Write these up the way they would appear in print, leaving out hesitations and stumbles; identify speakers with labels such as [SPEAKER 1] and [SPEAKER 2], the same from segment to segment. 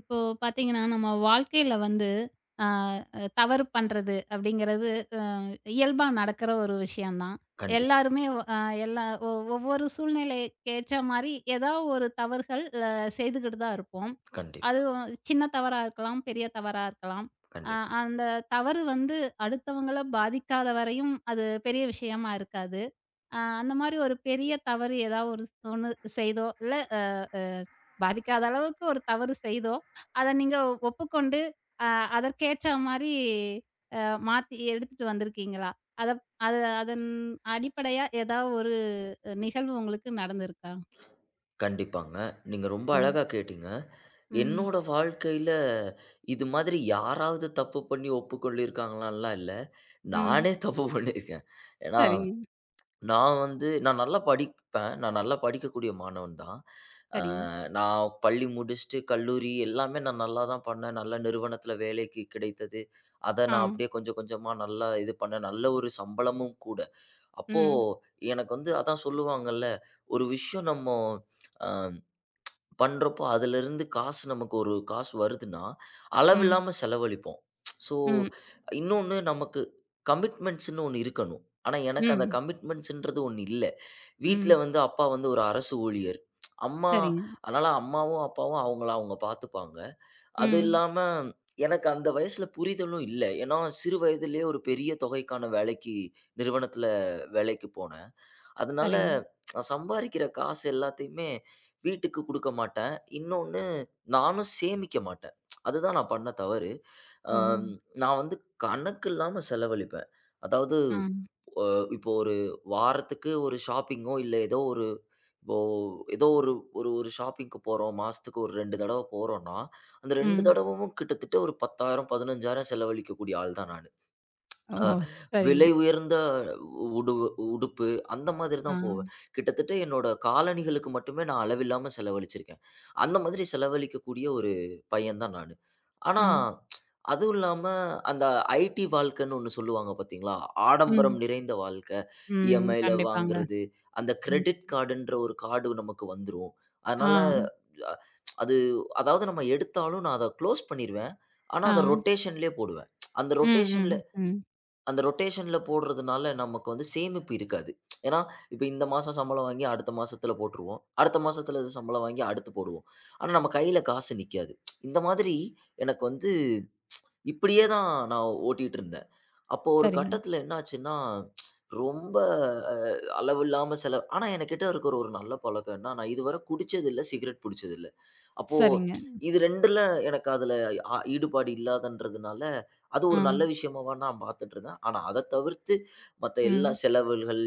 [SPEAKER 1] இப்போ பார்த்தீங்கன்னா, நம்ம வாழ்க்கையில வந்து அ தவறு பண்றது அப்படிங்கிறது அ இயல்பா நடக்கிற ஒரு விஷயம் தான்.
[SPEAKER 2] கண்டிப்பா,
[SPEAKER 1] எல்லாருமே அ எல்லா ஒ ஒவ்வொரு சூழ்நிலைக்கு ஏற்ற மாரி ஏதோ ஒரு தவறுகள் செய்துகிட்டு தான் இருப்போம்.
[SPEAKER 2] கண்டிப்பா,
[SPEAKER 1] அதுவும் சின்ன தவறா இருக்கலாம், பெரிய தவறா இருக்கலாம். அ
[SPEAKER 2] கண்டிப்பா,
[SPEAKER 1] அந்த தவறு வந்து அடுத்தவங்கள பாதிக்காத வரையும் அது பெரிய விஷயமா இருக்காது. அந்த மாரி ஒரு பெரிய தவறு ஏதாவது ஒரு ஒண்ணு செய்தோ, இல்ல அ அ பாதிக்காத அளவுக்கு ஒரு தவறு செய்தோ அத நீங்க ஒப்புக்கொண்டு, அ அதற்கேற்ற மாரி அ மாத்தி எடுத்துட்டு வந்திருக்கீங்களா? அத அது அதன் அடிப்படையா ஏதா ஒரு நிகழ்வு உங்களுக்கு நடந்திருக்கா?
[SPEAKER 2] கண்டிப்பாங்க. நீங்க ரொம்ப
[SPEAKER 1] ஆ.
[SPEAKER 2] அழகா கேட்டீங்க.
[SPEAKER 1] ம்.
[SPEAKER 2] என்னோட வாழ்க்கையில இது மாதிரி யாராவது தப்பு பண்ணி ஒப்புக்கொள்ளியிருக்காங்களான்லாம் இல்ல.
[SPEAKER 1] ம்.
[SPEAKER 2] நானே தப்பு பண்ணியிருக்கேன். ஏன்னா,
[SPEAKER 1] சரிங்க,
[SPEAKER 2] நான் நல்லா படிப்பேன். நான் நல்லா படிக்கக்கூடிய மாணவன் தான். அ
[SPEAKER 1] சரிங்க.
[SPEAKER 2] நான் பள்ளி முடிச்சுட்டு கல்லூரி எல்லாமே நான் நல்லா தான் பண்ணேன். நல்ல நிறுவனத்தில வேலைக்கு கிடைத்தது. அத
[SPEAKER 1] ஆ.
[SPEAKER 2] நான் அப்படியே கொஞ்சம் கொஞ்சமா நல்லா இது பண்ணேன். நல்ல ஒரு சம்பளமும் கூட. அப்போ
[SPEAKER 1] ம்.
[SPEAKER 2] எனக்கு வந்து அதான் சொல்லுவாங்கல்ல, ஒரு விஷயம் நம்ம அ பண்றப்போ அதிலிருந்து காசு நமக்கு ஒரு காசு வருதுன்னா,
[SPEAKER 1] ம்.
[SPEAKER 2] அளவில்லாம செலவழிப்போம். ஸோ
[SPEAKER 1] ம்.
[SPEAKER 2] இன்னொன்னு நமக்கு கமிட்மெண்ட்ஸ்ன்னு ஒண்ணு இருக்கணும். ஆனா எனக்கு அந்த
[SPEAKER 1] ம்.
[SPEAKER 2] கமிட்மெண்ட்ஸ்ன்றது ஒண்ணு இல்ல. வீட்ல
[SPEAKER 1] ம்.
[SPEAKER 2] வந்து அப்பா வந்து ஒரு அரசு ஊழியர். அம்மா
[SPEAKER 1] சரிங்க.
[SPEAKER 2] அதனால அம்மாவும், அப்பாவும் அவங்கள அவங்க பார்த்துப்பாங்க. அது
[SPEAKER 1] ம்.
[SPEAKER 2] இல்லாம எனக்கு அந்த வயசுல புரிதலும் இல்ல. ஏன்னா சிறு வயதிலேயே ஒரு பெரிய தொகைக்கான வேலைக்கு நிறுவனத்தில வேலைக்கு போனேன். அதனால
[SPEAKER 1] சரிங்க.
[SPEAKER 2] நான் சம்பாரிக்கிற காசு எல்லாத்தையுமே வீட்டுக்கு குடுக்க மாட்டேன். இன்னொன்னு நானும் சேமிக்க மாட்டேன். அதுதான் நான் பண்ண தவறு.
[SPEAKER 1] ஓ!
[SPEAKER 2] அம் நான் வந்து கணக்கு இல்லாம செலவழிப்பேன். அதாவது
[SPEAKER 1] ஆ.
[SPEAKER 2] இப்போ ஒரு வாரத்துக்கு ஒரு ஷாப்பிங்கோ, இல்ல ஏதோ ஒரு இப்போ ஏதோ ஒரு ஒரு ஒரு ஷாப்பிங்க்கு போறோம். மாசத்துக்கு ஒரு 2 தடவ போறோம்னா, அந்த 2
[SPEAKER 1] ம்.
[SPEAKER 2] தடவும் கிட்டத்தட்ட ஒரு 10,000, 15,000 செலவழிக்கக்கூடிய ஆள் தான் நானு.
[SPEAKER 1] ஓ!
[SPEAKER 2] அ
[SPEAKER 1] சரிங்க.
[SPEAKER 2] விலை உயர்ந்த உடுவு உடுப்பு அந்த மாதிரி தான் போவேன்.
[SPEAKER 1] ஆ.
[SPEAKER 2] கிட்டத்தட்ட என்னோட காலணிகளுக்கு மட்டுமே நான் அளவில்லாம செலவழிச்சிருக்கேன். அந்த மாதிரி செலவழிக்கக்கூடிய ஒரு பையன் தான் நானு. ஆனா,
[SPEAKER 1] ஆ.
[SPEAKER 2] அதுவும் இல்லாம அந்த ஐடி வாழ்க்கைன்னு ஒண்ணு சொல்லுவாங்க பார்த்தீங்களா? ஆடம்பரம்
[SPEAKER 1] ம்.
[SPEAKER 2] நிறைந்த வாழ்க்கை.
[SPEAKER 1] ம்.
[SPEAKER 2] இஎம்ஐல
[SPEAKER 1] கண்டிப்பாங்க.
[SPEAKER 2] வாங்குறது, அந்த
[SPEAKER 1] ம்.
[SPEAKER 2] கிரெடிட் கார்டுன்ற ஒரு கார்டு நமக்கு வந்துரும்.
[SPEAKER 1] ஆ.
[SPEAKER 2] அதனால அ அது அதாவது நம்ம எடுத்தாலும் நான் அத க்ளோஸ் பண்ணிருவேன். ஆனா
[SPEAKER 1] ஆ.
[SPEAKER 2] அத ரொட்டேஷன்லயே போடுவேன். அந்த
[SPEAKER 1] ம்.
[SPEAKER 2] ரொட்டேஷன்ல
[SPEAKER 1] ம். ம்.
[SPEAKER 2] அந்த ரொட்டேஷன்ல போடுறதுனால நமக்கு வந்து சேமிப்பு இருக்காது. ஏன்னா, இப்ப இந்த மாசம் சம்பளம் வாங்கி அடுத்த மாசத்துல போட்டுருவோம். அடுத்த மாசத்துல இது சம்பளம் வாங்கி அடுத்து போடுவோம். ஆனா, நம்ம கையில காசு நிக்காது. இந்த மாதிரி எனக்கு வந்து இப்படியே தான் நான் ஓட்டிட்டு இருந்தேன். அப்போ ஒரு
[SPEAKER 1] சரிங்க,
[SPEAKER 2] கட்டத்துல என்ன ஆச்சுன்னா, ரொம்ப அ அளவில்லாம செலவு ஆனா என்கிட்ட இருக்கிற ஒரு நல்ல பழக்கம் என்ன, நான் இதுவரை குடிச்சது இல்ல, சிகரெட் பிடிச்சது இல்ல. அப்போ
[SPEAKER 1] சரிங்க.
[SPEAKER 2] இது 2ல எனக்கு அதுல ஈடுபாடு இல்லாதன்றதுனால, அது
[SPEAKER 1] ஆ.
[SPEAKER 2] ஒரு நல்ல விஷயமாவா நான் பார்த்துட்டுருந்தேன். ஆனா அத தவிர்த்து மத்த எல்லா
[SPEAKER 1] ம்.
[SPEAKER 2] செலவுகள்,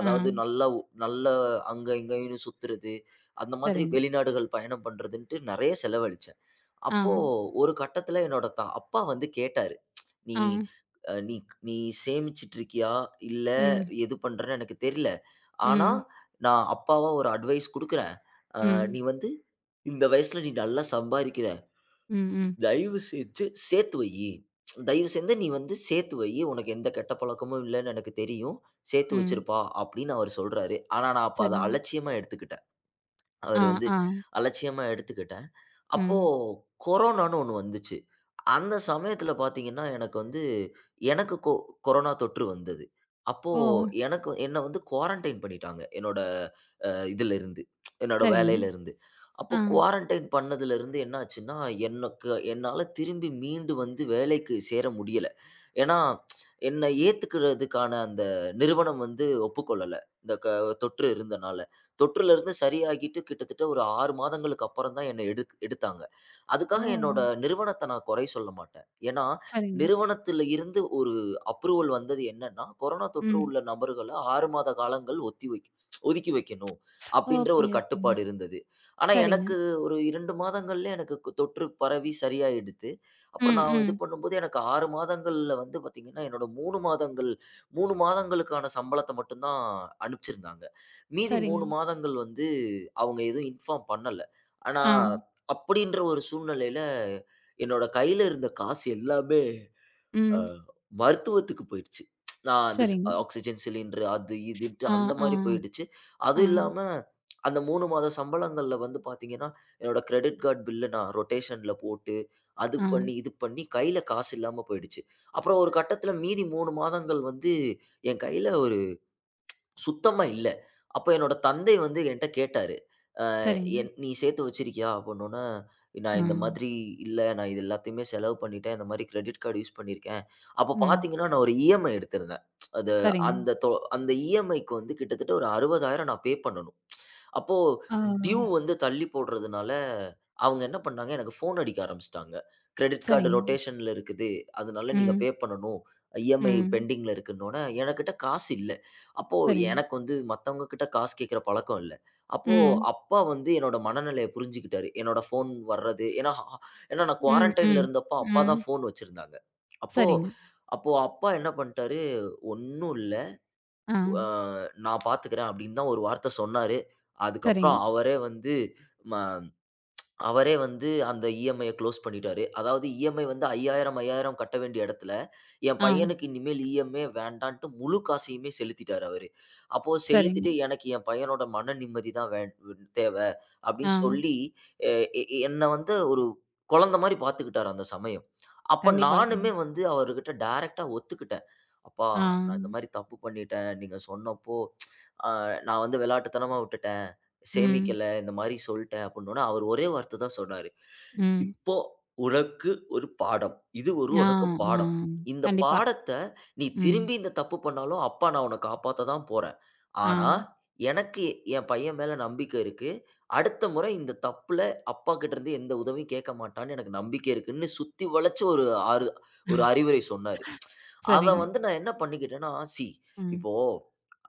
[SPEAKER 1] ஆ,
[SPEAKER 2] நல்லா நல்ல அங்க இங்கன்னு சுத்துறது, அந்த மாதிரி
[SPEAKER 1] சரிங்க.
[SPEAKER 2] வெளிநாடுகள் பயணம் பண்றதுன்ட்டு நெறைய செலவழிச்சேன்.
[SPEAKER 1] ஆ,
[SPEAKER 2] அப்போ ஒரு கட்டத்துல என்னோட அப்பா வந்து கேட்டாரு. "நீ
[SPEAKER 1] ஆ,
[SPEAKER 2] அ நீ நீ சேமிச்சுட்டுருக்கியா? இல்ல
[SPEAKER 1] ம்,
[SPEAKER 2] எது பண்றன்னு எனக்கு தெரியல. ஆனா
[SPEAKER 1] ம்,
[SPEAKER 2] நான் அப்பாவா ஒரு அட்வைஸ் குடுக்குறேன்.
[SPEAKER 1] ம்,
[SPEAKER 2] நீ வந்து இந்த வயசுல நீ நல்லா சம்பாரிக்கிற.
[SPEAKER 1] ம், ம்,
[SPEAKER 2] தயவு செஞ்சு சேர்த்து வையி. தயவு செஞ்சு நீ வந்து சேர்த்து வையி. உனக்கு எந்த கெட்ட பழக்கமும் இல்லன்னு எனக்கு தெரியும். சேர்த்து
[SPEAKER 1] ம்.
[SPEAKER 2] வச்சிருப்பா" அப்படின்னு அவரு சொல்றாரு. ஆனா நான் அப்ப அத
[SPEAKER 1] சரிங்க.
[SPEAKER 2] அலட்சியமா எடுத்துக்கிட்டேன். அவரு
[SPEAKER 1] ஆ,
[SPEAKER 2] வந்து
[SPEAKER 1] ஆ,
[SPEAKER 2] அலட்சியமா எடுத்துக்கிட்டேன். அப்போ
[SPEAKER 1] ம்.
[SPEAKER 2] கொரோனான்னு ஒண்ணு வந்துச்சு. அந்த சமயத்துல பாத்தீங்கன்னா, எனக்கு வந்து எனக்கு கொரோனா தொற்று வந்தது. அப்போ
[SPEAKER 1] ஓ!
[SPEAKER 2] எனக்கு என்ன வந்து குவாரன்டைன் பண்ணிட்டாங்க. என்னோட அ இதிலிருந்து, என்னோட
[SPEAKER 1] சரிங்க.
[SPEAKER 2] வேலையிலிருந்து. அப்போ
[SPEAKER 1] ஆ,
[SPEAKER 2] குவாரன்டைன் பண்ணதுலருந்து என்ன ஆச்சுன்னா, எனக்கு என்னால திரும்பி மீண்டு வந்து வேலைக்கு சேர முடியல. ஏன்னா, என்ன ஏத்துக்கிறதுக்கான அந்த நிறுவனம் வந்து ஒப்புக்கொள்ளல. இந்த தொற்று இருந்தனால. தொற்றுலருந்து சரியாகிட்டு கிட்டத்தட்ட ஒரு 6 மாதங்களுக்கு அப்புறம் தான் என்ன எடுத்தாங்க.
[SPEAKER 1] ஓ!
[SPEAKER 2] அதுக்காக என்னோட நிறுவனத்த நான் குறை சொல்ல மாட்டேன். ஏன்னா,
[SPEAKER 1] சரிங்க.
[SPEAKER 2] நிறுவனத்தில இருந்து ஒரு அப்ரூவல் வந்தது என்னன்னா, கொரோனா தொற்று
[SPEAKER 1] ம்.
[SPEAKER 2] உள்ள நபர்கள 6 மாத காலங்கள் ஒத்தி வைக் ஒதுக்கி வைக்கணும். அப்டின்ற
[SPEAKER 1] ஓகே,
[SPEAKER 2] ஒரு
[SPEAKER 1] ஓகேங்க.
[SPEAKER 2] கட்டுப்பாடு இருந்தது. ஆனா,
[SPEAKER 1] சரிங்க.
[SPEAKER 2] எனக்கு ஒரு 2 மாதங்கள்லே எனக்கு தொற்று பரவி சரியாயிடுத்து. அப்புறம்
[SPEAKER 1] ம்,
[SPEAKER 2] நான் இது
[SPEAKER 1] ம்.
[SPEAKER 2] பண்ணும்போது எனக்கு 6 மாதங்கள்ல வந்து பார்த்தீங்கன்னா, என்னோட 3 மாதங்களுக்கான சம்பளத்த மட்டும் தான் அனுப்பிச்சிருந்தாங்க. மீதி
[SPEAKER 1] சரிங்க.
[SPEAKER 2] 3 மாதங்கள் வந்து அவங்க எதுவும் இன்ஃபார்ம் பண்ணல. ஆனா
[SPEAKER 1] ஆ,
[SPEAKER 2] அப்படின்ற ஒரு சூழ்நிலையில, என்னோட கையில இருந்த காசு எல்லாமே அ
[SPEAKER 1] ம்.
[SPEAKER 2] மருத்துவத்துக்கு போயிடுச்சு. நான் அந்த
[SPEAKER 1] சரிங்க.
[SPEAKER 2] ஆக்ஸிஜன் சிலிண்டர் அது இதுன்ட்டு
[SPEAKER 1] ஆ,
[SPEAKER 2] அந்த
[SPEAKER 1] ஆ,
[SPEAKER 2] மாரி போயிடுச்சு.
[SPEAKER 1] ஆ,
[SPEAKER 2] அதுவும் இல்லாம அந்த 3 மாத சம்பளங்கள்ல வந்து பார்த்தீங்கன்னா, என்னோட கிரெடிட் கார்ட் பில்ல நான் ரொட்டேஷன்ல போட்டு, அது
[SPEAKER 1] ஆ.
[SPEAKER 2] பண்ணி, இது பண்ணி கையில காசு இல்லாம போயிடுச்சு. அப்புறம் ஒரு கட்டத்தில மீதி 3 மாதங்கள் வந்து என் கையில ஒரு சுத்தமா இல்ல. அப்ப என்னோட தந்தை வந்து என்ட்ட கேட்டாரு.
[SPEAKER 1] சரிங்க.
[SPEAKER 2] என் "நீ சேர்த்து வச்சிருக்கியா?" அப்படின்னோன்னே, "நான்
[SPEAKER 1] ஆ,
[SPEAKER 2] இந்த மாதிரி இல்ல. நான் இது எல்லாத்தையுமே செலவு பண்ணிட்டேன். இந்த மாதிரி கிரெடிட் கார்டு யூஸ் பண்ணியிருக்கேன்." அப்ப
[SPEAKER 1] ம்.
[SPEAKER 2] பார்த்தீங்கன்னா, நான் ஒரு இஎம்ஐ எடுத்திருந்தேன். அது
[SPEAKER 1] சரிங்க.
[SPEAKER 2] அந்த தொ அந்த இஎம்ஐக்கு வந்து கிட்டத்தட்ட ஒரு 60,000 நான் பே பண்ணணும். அப்போ
[SPEAKER 1] ஓ!
[SPEAKER 2] டியூ வந்து தள்ளி போடுறதுனால, அவங்க என்ன பண்ணாங்க, எனக்கு ஃபோன் அடிக்க ஆரம்பிச்சுட்டாங்க. "கிரெடிட் கார்டு
[SPEAKER 1] சரிங்க.
[SPEAKER 2] ரொட்டேஷன்ல இருக்குது. அதனால நீங்க
[SPEAKER 1] ம்,
[SPEAKER 2] பே பண்ணணும். இஎம்ஐ
[SPEAKER 1] ம்.
[SPEAKER 2] பெண்டிங்ல இருக்குன்னோன்னே," எனக்கிட்ட காசு இல்ல. அப்போ
[SPEAKER 1] சரிங்க.
[SPEAKER 2] எனக்கு வந்து மத்தவங்க கிட்ட காசு கேட்கிற பழக்கம் இல்ல. அப்போ
[SPEAKER 1] ம்,
[SPEAKER 2] அப்பா வந்து என்னோட மனநிலைய புரிஞ்சுக்கிட்டாரு. என்னோட ஃபோன் வர்றது ஏன்னா ஏன்னா நான்
[SPEAKER 1] ம்,
[SPEAKER 2] குவாரன்டைன்ல
[SPEAKER 1] ம்,
[SPEAKER 2] இருந்தப்போ அப்பா தான்
[SPEAKER 1] ம்.
[SPEAKER 2] ஃபோன் வச்சிருந்தாங்க. அப்போ
[SPEAKER 1] சரிங்க.
[SPEAKER 2] அப்போ அப்பா என்ன பண்ணிட்டாரு, "ஒண்ணும் இல்ல.
[SPEAKER 1] ஆ,
[SPEAKER 2] அ நான் பார்த்துக்கிறேன்" அப்படின்னு தான் ஒரு வார்த்த சொன்னாரு. அதுக்கப்புறம்
[SPEAKER 1] சரிங்க.
[SPEAKER 2] அவரே வந்து ம அவரே வந்து அந்த இஎம்ஐய க்ளோஸ் பண்ணிட்டாரு. அதாவது இஎம்ஐ வந்து 5000, 5000 கட்ட வேண்டிய இடத்துல, என்
[SPEAKER 1] ஆ.
[SPEAKER 2] பையனுக்கு இனிமேல் இஎம்ஐ வேண்டான்ட்டு முழு காசையுமே செலுத்திட்டாரு அவரு. அப்போ
[SPEAKER 1] சரிங்க.
[SPEAKER 2] செலுத்திட்டு எனக்கு என் பையனோட மன நிம்மதி தான் வே தேவ
[SPEAKER 1] ஆ.
[SPEAKER 2] அப்படின்னு சொல்லி, எ எ என்ன வந்து ஒரு குழந்தை மாரி பார்த்துக்கிட்டாரு அந்த சமயம். அப்ப
[SPEAKER 1] கண்டிப்பா.
[SPEAKER 2] நானுமே
[SPEAKER 1] ம்.
[SPEAKER 2] வந்து அவர்கிட்ட டைரக்ட்டா ஒத்துக்கிட்டேன். "அப்பா
[SPEAKER 1] ஆ.
[SPEAKER 2] நான் இந்த மாரி தப்பு பண்ணிட்டேன். நீங்க சொன்னப்போ, அ நான் வந்து விளையாட்டுத்தனமா விட்டுட்டேன்."
[SPEAKER 1] ம்.
[SPEAKER 2] சேமிக்கல, இந்த மாரி சொல்ட்டேன் அப்புட்னோன, அவரு ஒரே வார்த்த தான் சொன்னாரு.
[SPEAKER 1] ம்.
[SPEAKER 2] "இப்போ உனக்கு ஒரு பாடம். இது ஒரு
[SPEAKER 1] ஆ,
[SPEAKER 2] உனக்கு
[SPEAKER 1] ஆ.
[SPEAKER 2] பாடம். இந்த
[SPEAKER 1] கண்டிப்பா.
[SPEAKER 2] பாடத்த நீ
[SPEAKER 1] ம்.
[SPEAKER 2] திரும்பி இந்த தப்பு பண்ணாலும், அப்பா நான் உன்ன காப்பாத்த தான் போறேன்.
[SPEAKER 1] ஆ.
[SPEAKER 2] ஆனா, எனக்கு என் பையன் மேல நம்பிக்கை இருக்கு. அடுத்த முறை இந்த தப்புல அப்பா கிட்டருந்து எந்த உதவியும் கேட்க மாட்டான்னு எனக்கு நம்பிக்கை இருக்குன்னு" சுத்தி வளச்சு ஒரு ஆறு ஒரு அறிவுரை சொன்னாரு. அத
[SPEAKER 1] சரிங்க.
[SPEAKER 2] வந்து நான் என்ன பண்ணிக்கிட்டேன்னா,
[SPEAKER 1] ம்.
[SPEAKER 2] இப்போ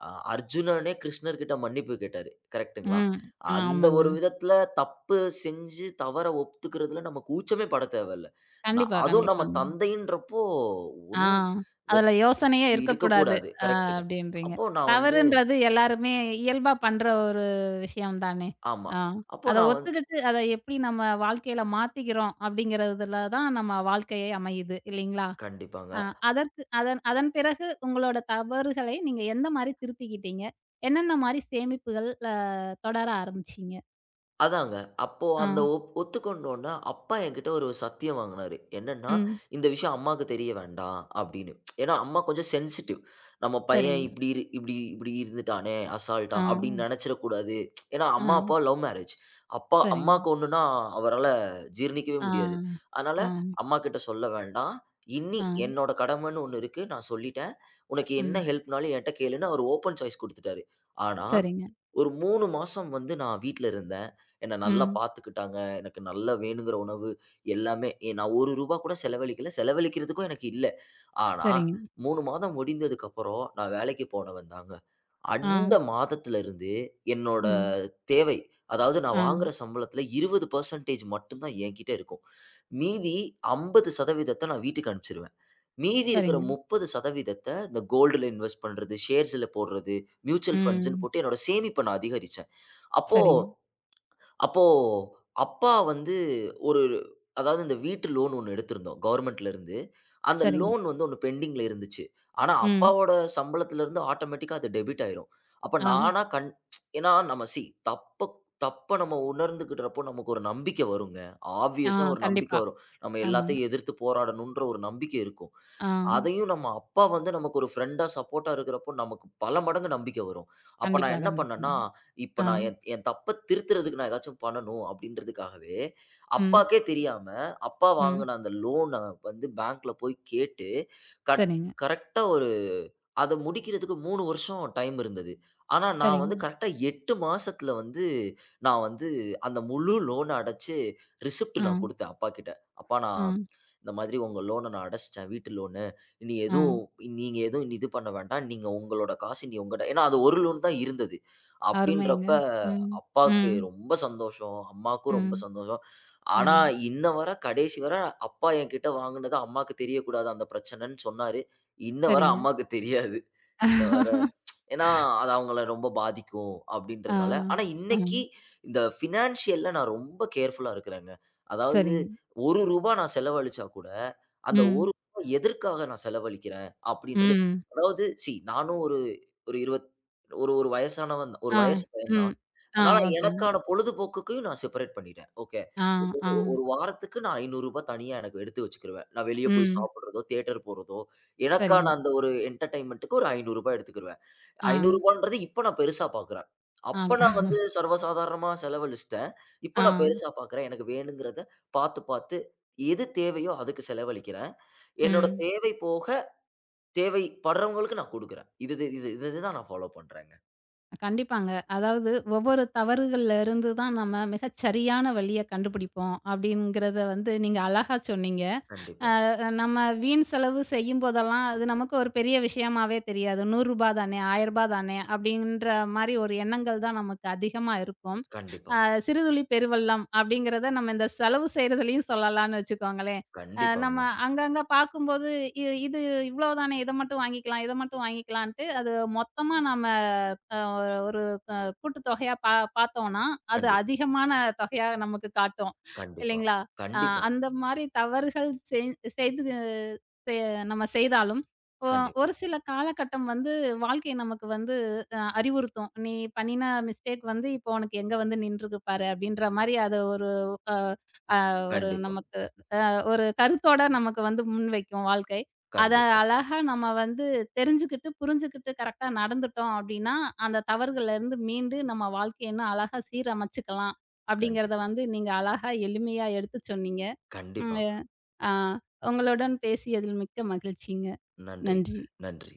[SPEAKER 2] அர்ஜுனனே கிருஷ்ணர்கிட்ட மன்னிப்பு கேட்டாரு. கரெக்ட்டுங்களா?
[SPEAKER 1] ம்.
[SPEAKER 2] அந்த ஒரு
[SPEAKER 1] ஆமாங்க.
[SPEAKER 2] விதத்தில தப்பு செஞ்சு தவற ஒத்துக்கிறதுல நமக்கு கூச்சமே படத் தேவையில்ல. நான்
[SPEAKER 1] கண்டிப்பா,
[SPEAKER 2] அதுவும் நம்ம
[SPEAKER 1] கண்டிப்பாங்க.
[SPEAKER 2] தந்தைன்றப்போ
[SPEAKER 1] ஆ.
[SPEAKER 2] ஒன் வெ
[SPEAKER 1] அதுல யோசனையே இருக்கக்கூடாது.
[SPEAKER 2] இருக்கக்கூடாது.
[SPEAKER 1] அ
[SPEAKER 2] கரெக்ட்டுங்க.
[SPEAKER 1] அப்டின்றீங்க.
[SPEAKER 2] அப்போ நான் வந்து
[SPEAKER 1] தவறுன்றது எல்லாருமே இயல்பா பண்ற ஒரு விஷயம் தானே!
[SPEAKER 2] ஆமா.
[SPEAKER 1] ஆ.
[SPEAKER 2] அப்போ
[SPEAKER 1] அத
[SPEAKER 2] நான் வந்
[SPEAKER 1] ஒத்துக்கிட்டு, அத எப்டி நம்ம வாழ்க்கையில மாத்திக்கிறோம் அப்டிங்கிறதுல தான் நம்ம வாழ்க்கையே அமையுது இல்லைங்களா?
[SPEAKER 2] கண்டிப்பாங்க.
[SPEAKER 1] ஆ, அதற்கு அதன் அதன் பிறகு உங்களோட தவறுகளை நீங்க எந்த மாரி திருத்திக்கிட்டீங்க? என்னென்ன மாரி சேமிப்புகள் தொடர ஆரம்பிச்சீங்க?
[SPEAKER 2] அதாங்க. அப்போ
[SPEAKER 1] ஆ,
[SPEAKER 2] அந்த ஒத்துக்கொண்டோன, அப்பா என்கிட்ட ஒரு சத்தியம் வாங்குனாரு. என்னன்னா,
[SPEAKER 1] ம்.
[SPEAKER 2] "இந்த விஷயம் அம்மாக்கு தெரிய வேண்டாம்" அப்படின்னு. ஏன்னா, அம்மா கொஞ்சம் சென்சிட்டிவ். நம்ம பையன்
[SPEAKER 1] சரிங்க.
[SPEAKER 2] இப்படி இப்படி இருந்துட்டானே அசால்ட்டா
[SPEAKER 1] ஆ,
[SPEAKER 2] அப்படின்னு நெனச்சிடக்கூடாது. ஏன்னா, அம்மா,
[SPEAKER 1] ஆ.
[SPEAKER 2] அப்பா லவ் மேரேஜ். அப்பா
[SPEAKER 1] சரிங்க.
[SPEAKER 2] அம்மாக்கு ஒண்ணுன்னா அவரால ஜீரணிக்கவே
[SPEAKER 1] ஆ,
[SPEAKER 2] முடியாது. அதனால
[SPEAKER 1] ஆ,
[SPEAKER 2] அம்மாகிட்ட சொல்ல வேண்டாம். இன்னி
[SPEAKER 1] ஆ.
[SPEAKER 2] என்னோட கடமைன்னு ஒண்ணு இருக்கு. நான் சொல்லிட்டேன். உனக்கு என்ன
[SPEAKER 1] ம்.
[SPEAKER 2] ஹெல்ப்னாலும் என்ட்ட கேளுன்னு அவர் ஓப்பன் சாய்ஸ் குடுத்துட்டாரு. ஆனா
[SPEAKER 1] சரிங்க.
[SPEAKER 2] ஒரு 3 மாசம் வந்து நான் வீட்ல இருந்தேன். என்ன நல்லா
[SPEAKER 1] ம்.
[SPEAKER 2] பார்த்துக்கிட்டாங்க. எனக்கு நல்லா வேணுங்கிற உணவு எல்லாமே நான் ரூ. 1 கூட செலவழிக்கல. செலவழிக்கிறதுக்கும் எனக்கு இல்ல. ஆனா
[SPEAKER 1] சரிங்க.
[SPEAKER 2] 3 மாதம் முடிந்ததுக்கப்புறம் நான் வேலைக்கு போனவன் தாங்க.
[SPEAKER 1] ஆ,
[SPEAKER 2] அந்த மாதத்திலிருந்து என்னோட
[SPEAKER 1] ம்.
[SPEAKER 2] தேவை, அதாவது நான்
[SPEAKER 1] ஆ.
[SPEAKER 2] வாங்குற சம்பளத்தில 20% மட்டும் தான் என்கிட்ட இருக்கும். மீதி 50% நான் வீட்டுக்கு அனுப்பிச்சுருவேன். மீதி இருக்கிற
[SPEAKER 1] சரிங்க.
[SPEAKER 2] 30% இந்த கோல்டுல இன்வெஸ்ட் பண்றது, ஷேர்ஸ்ல போடுறது, மியூச்சுவல் ஃபண்ட்ஸ்ன்னு
[SPEAKER 1] ம்.
[SPEAKER 2] போட்டு என்னோட சேமிப்ப நான் அதிகரிச்சேன். அப்ப
[SPEAKER 1] சரிங்க,
[SPEAKER 2] அப்போ அப்பா வந்து ஒரு அதாவது இந்த வீட்டு லோன் ஒண்ணு எடுத்திருந்தோம் கவர்மெண்ட்லேருந்து. அந்த
[SPEAKER 1] சரிங்க.
[SPEAKER 2] லோன் வந்து ஒண்ணு பெண்டிங்ல இருந்துச்சு. ஆனா,
[SPEAKER 1] ம்.
[SPEAKER 2] அப்பாவோட சம்பளத்திலேருந்து ஆட்டோமேட்டிக்கா அது டெபிட் ஆயிரும். அப்ப
[SPEAKER 1] ஆ,
[SPEAKER 2] நானா கண் ஏன்னா நம்ம தப்ப தப்ப நம்ம உணர்ந்துக்கிட்றப்போ நமக்கு ஒரு நம்பிக்கை வருங்க.
[SPEAKER 1] ஆ.
[SPEAKER 2] ஆப்வியஸா ஒரு நம்பிக்கை
[SPEAKER 1] கண்டிப்பா.
[SPEAKER 2] வரும். நம்ம
[SPEAKER 1] ஆமாங்க.
[SPEAKER 2] எல்லாத்தையும் எதிர்த்து போராடணுன்ற ஒரு நம்பிக்கை இருக்கும்.
[SPEAKER 1] ஆ.
[SPEAKER 2] அதையும் நம்ம அப்பா வந்து நமக்கு ஒரு ஃப்ரெண்டா, சப்போர்ட்டா இருக்கிறப்போ, நமக்கு பல மடங்கு நம்பிக்கை வரும். அப்ப நான்
[SPEAKER 1] கண்டிப்பா,
[SPEAKER 2] என்ன
[SPEAKER 1] கண்டிப்பாங்க.
[SPEAKER 2] பண்ணேன்னா, இப்ப
[SPEAKER 1] ஆ.
[SPEAKER 2] நான் என் என் தப்ப திருத்துறதுக்கு நான் ஏதாச்சும் பண்ணணும் அப்படின்றதுக்காகவே,
[SPEAKER 1] ம்,
[SPEAKER 2] அப்பாக்கே தெரியாம, அப்பா
[SPEAKER 1] ம்.
[SPEAKER 2] வாங்குன அந்த லோன வந்து பேங்க்ல போய் கேட்டு, கட்
[SPEAKER 1] சரிங்க,
[SPEAKER 2] கரெக்ட்டா ஒரு அத முடிக்கிறதுக்கு 3 வருஷம் டைம் இருந்தது. ஆனா, நான் வந்து
[SPEAKER 1] சரிங்க.
[SPEAKER 2] கரெக்ட்டா 8 மாசத்துல வந்து நான் வந்து அந்த முழு லோன அடைச்சு ரிசிப்ட்
[SPEAKER 1] ஆ,
[SPEAKER 2] நான் குடுத்தேன் அப்பாகிட்ட. "அப்பா
[SPEAKER 1] ஆ,
[SPEAKER 2] நான் இந்த மாதிரி உங்க லோன நான் அடைச்சுட்டேன். வீட்டு லோனு. இனி
[SPEAKER 1] ஆ.
[SPEAKER 2] எதுவும் நீங்க எதுவும் இனி இது பண்ண வேண்டாம். நீங்க உங்களோட காசு இனி உங்கட" ஏன்னா அது ஒரு லோன் தான் இருந்தது.
[SPEAKER 1] அருமைங்க.
[SPEAKER 2] அப்படின்றப்ப
[SPEAKER 1] ம்,
[SPEAKER 2] அப்பாக்கு
[SPEAKER 1] ம்,
[SPEAKER 2] ரொம்ப சந்தோஷம். அம்மாவுக்கும் ரொம்ப
[SPEAKER 1] ம்,
[SPEAKER 2] சந்தோஷம். ஆனா,
[SPEAKER 1] ம்.
[SPEAKER 2] இன்ன வர கடைசி வர அப்பா என்கிட்ட வாங்குனது அம்மாக்கு தெரியக்கூடாது அந்த பிரச்சனைன்னு சொன்னாரு. இன்ன வர
[SPEAKER 1] சரிங்க.
[SPEAKER 2] அம்மாக்கு தெரியாது. வேற. ஏன்னா, அது அவங்கள ரொம்ப பாதிக்கும்
[SPEAKER 1] ஆ,
[SPEAKER 2] அப்படின்றதுனால. ஆனா
[SPEAKER 1] ஆ, ஆ.
[SPEAKER 2] இன்னைக்கு இந்த ஃபினான்ஷியல்ல நான் ரொம்ப கேர்ஃபுல்லா இருக்கிறேங்க. அதாவது
[SPEAKER 1] சரிங்க.
[SPEAKER 2] ரூ. 1 நான் செலவழிச்சா கூட, அந்த ஒ
[SPEAKER 1] ம்,
[SPEAKER 2] எதற்காக நான் செலவழிக்கிறேன் அப்படின்றது
[SPEAKER 1] ம்.
[SPEAKER 2] அதாவது நானும் ஒரு ஒரு 20 ஒரு ஒரு வயசானவன் தான், ஒரு
[SPEAKER 1] ஆ,
[SPEAKER 2] வயசு பையன்
[SPEAKER 1] ம்.
[SPEAKER 2] தான்.
[SPEAKER 1] ஆ,
[SPEAKER 2] அதனால
[SPEAKER 1] ஓகேங்க.
[SPEAKER 2] எனக்கான பொழுதுபோக்குக்கு நான் செப்பரேட் பண்ணிட்டேன். ஓகே.
[SPEAKER 1] ஆ, ஆ.
[SPEAKER 2] வாரத்துக்கு நான் ரூ. 500 தனியா எனக்கு எடுத்து வச்சுக்கிருவேன். நான் வெளிய போய்
[SPEAKER 1] ம்.
[SPEAKER 2] சாப்பிடுறதோ, தியேட்டர் போறதோ, எனக்கான
[SPEAKER 1] சரிங்க.
[SPEAKER 2] அந்த ஒரு என்டர்டெயின்மென்ட்க்கு ஒரு ரூ. 500 எடுத்துக்கிருவேன்.
[SPEAKER 1] ஆ,
[SPEAKER 2] ரூ. 500ன்றது இப்ப நான் பெருசா பார்க்குறேன்.
[SPEAKER 1] ஆ,
[SPEAKER 2] அப்ப நான் வந்து சர்வசாதாரணமா செலவழிச்சுட்டேன். இப்ப
[SPEAKER 1] ஆ.
[SPEAKER 2] நான் பெருசா பார்க்குறேன். எனக்கு வேணுங்கிறத பார்த்து, பார்த்து எது தேவையோ அதுக்கு செலவழிக்கிறேன். என்னோட
[SPEAKER 1] ம்.
[SPEAKER 2] தேவை போக தேவைப்படுறவங்களுக்கு நான் குடுக்குறேன். இது இது இது இது தான் நான் ஃபாலோ பண்றேங்க.
[SPEAKER 1] கண்டிப்பாங்க. அதாவது ஒவ்வொரு தவறுகள்ல இருந்து தான் நம்ம மிகச் சரியான வழிய கண்டுபிடிப்போம், அப்படிங்கிறத வந்து நீங்க அழகா சொன்னீங்க.
[SPEAKER 2] கண்டிப்பா,
[SPEAKER 1] நம்ம வீண் செலவு செய்யும்போதெல்லாம், அது நமக்கு ஒரு பெரிய விஷயமாவே தெரியாது. ரூ. 100 தானே, ரூ. 1000 தானே அப்படின்ற மாரி ஒரு எண்ணங்கள் தான் நமக்கு அதிகமா இருக்கும்.
[SPEAKER 2] கண்டிப்பா,
[SPEAKER 1] அ "சிறுதுளி பெருவெள்ளம்" அப்படிங்கிறத நம்ம இந்த செலவு செய்றதுலயும் சொல்லலாம்னு வச்சுக்கோங்களேன். நம்ம
[SPEAKER 2] கண்டிப்பாங்க.
[SPEAKER 1] அங்கங்க பார்க்கும்போது, இது இவ்வளோ தானே, இத மட்டும் வாங்கிக்கலாம், இத மட்டும் வாங்கிக்கலான்ட்டு" அது மொத்தமா நம்ம அ ஒரு கூட்டு தொகையா பார்த்தோம்னா, அது
[SPEAKER 2] கண்டிப்
[SPEAKER 1] அதிகமான தொகையா நமக்கு காட்டும்.
[SPEAKER 2] கண்டிப்பா,
[SPEAKER 1] இல்லைங்களா? அ
[SPEAKER 2] கண்டிப்பா,
[SPEAKER 1] அந்த மாரி தவறுகள் செய் செய்து செ நம்ம செய்தாலும், ஒ
[SPEAKER 2] கண்டிப்பா,
[SPEAKER 1] ஒரு சில காலகட்டம் வந்து வாழ்க்கை நமக்கு வந்து அறிவுறுத்தும். "நீ பண்ணின மிஸ்டேக் வந்து இப்போ உனக்கு எங்க வந்து நின்றுருக்கு பாரு" அப்படின்ற மாரி அது அ ஒரு
[SPEAKER 2] கண்டிப்பா,
[SPEAKER 1] நமக்கு ஒரு கருத்தோட நமக்கு வந்து முன்வைக்கும் வாழ்க்கை. அத
[SPEAKER 2] கண்டிப்பா,
[SPEAKER 1] அழகா நம்ம வந்து தெரிஞ்சுக்கிட்டு, புரிஞ்சுகிட்டு கரெக்ட்டா நடந்துட்டோம் அப்டின்னா, அந்த தவறுகள்லேருந்து மீண்டு நம்ம வாழ்க்கைய இன்னும் அழகா சீரமைச்சுக்கலாம். அப்டிங்கிறத
[SPEAKER 2] கண்டிப்பா,
[SPEAKER 1] வந்து நீங்க அழகா எளிமையா எடுத்து சொன்னீங்க.
[SPEAKER 2] கண்டிப்பாங்க.
[SPEAKER 1] ம். ஆ, உங்களுடன் பேசியதில் மிக்க மகிழ்ச்சிங்க.
[SPEAKER 2] நன்றிங்க.
[SPEAKER 1] நன்றி.
[SPEAKER 2] நன்றி.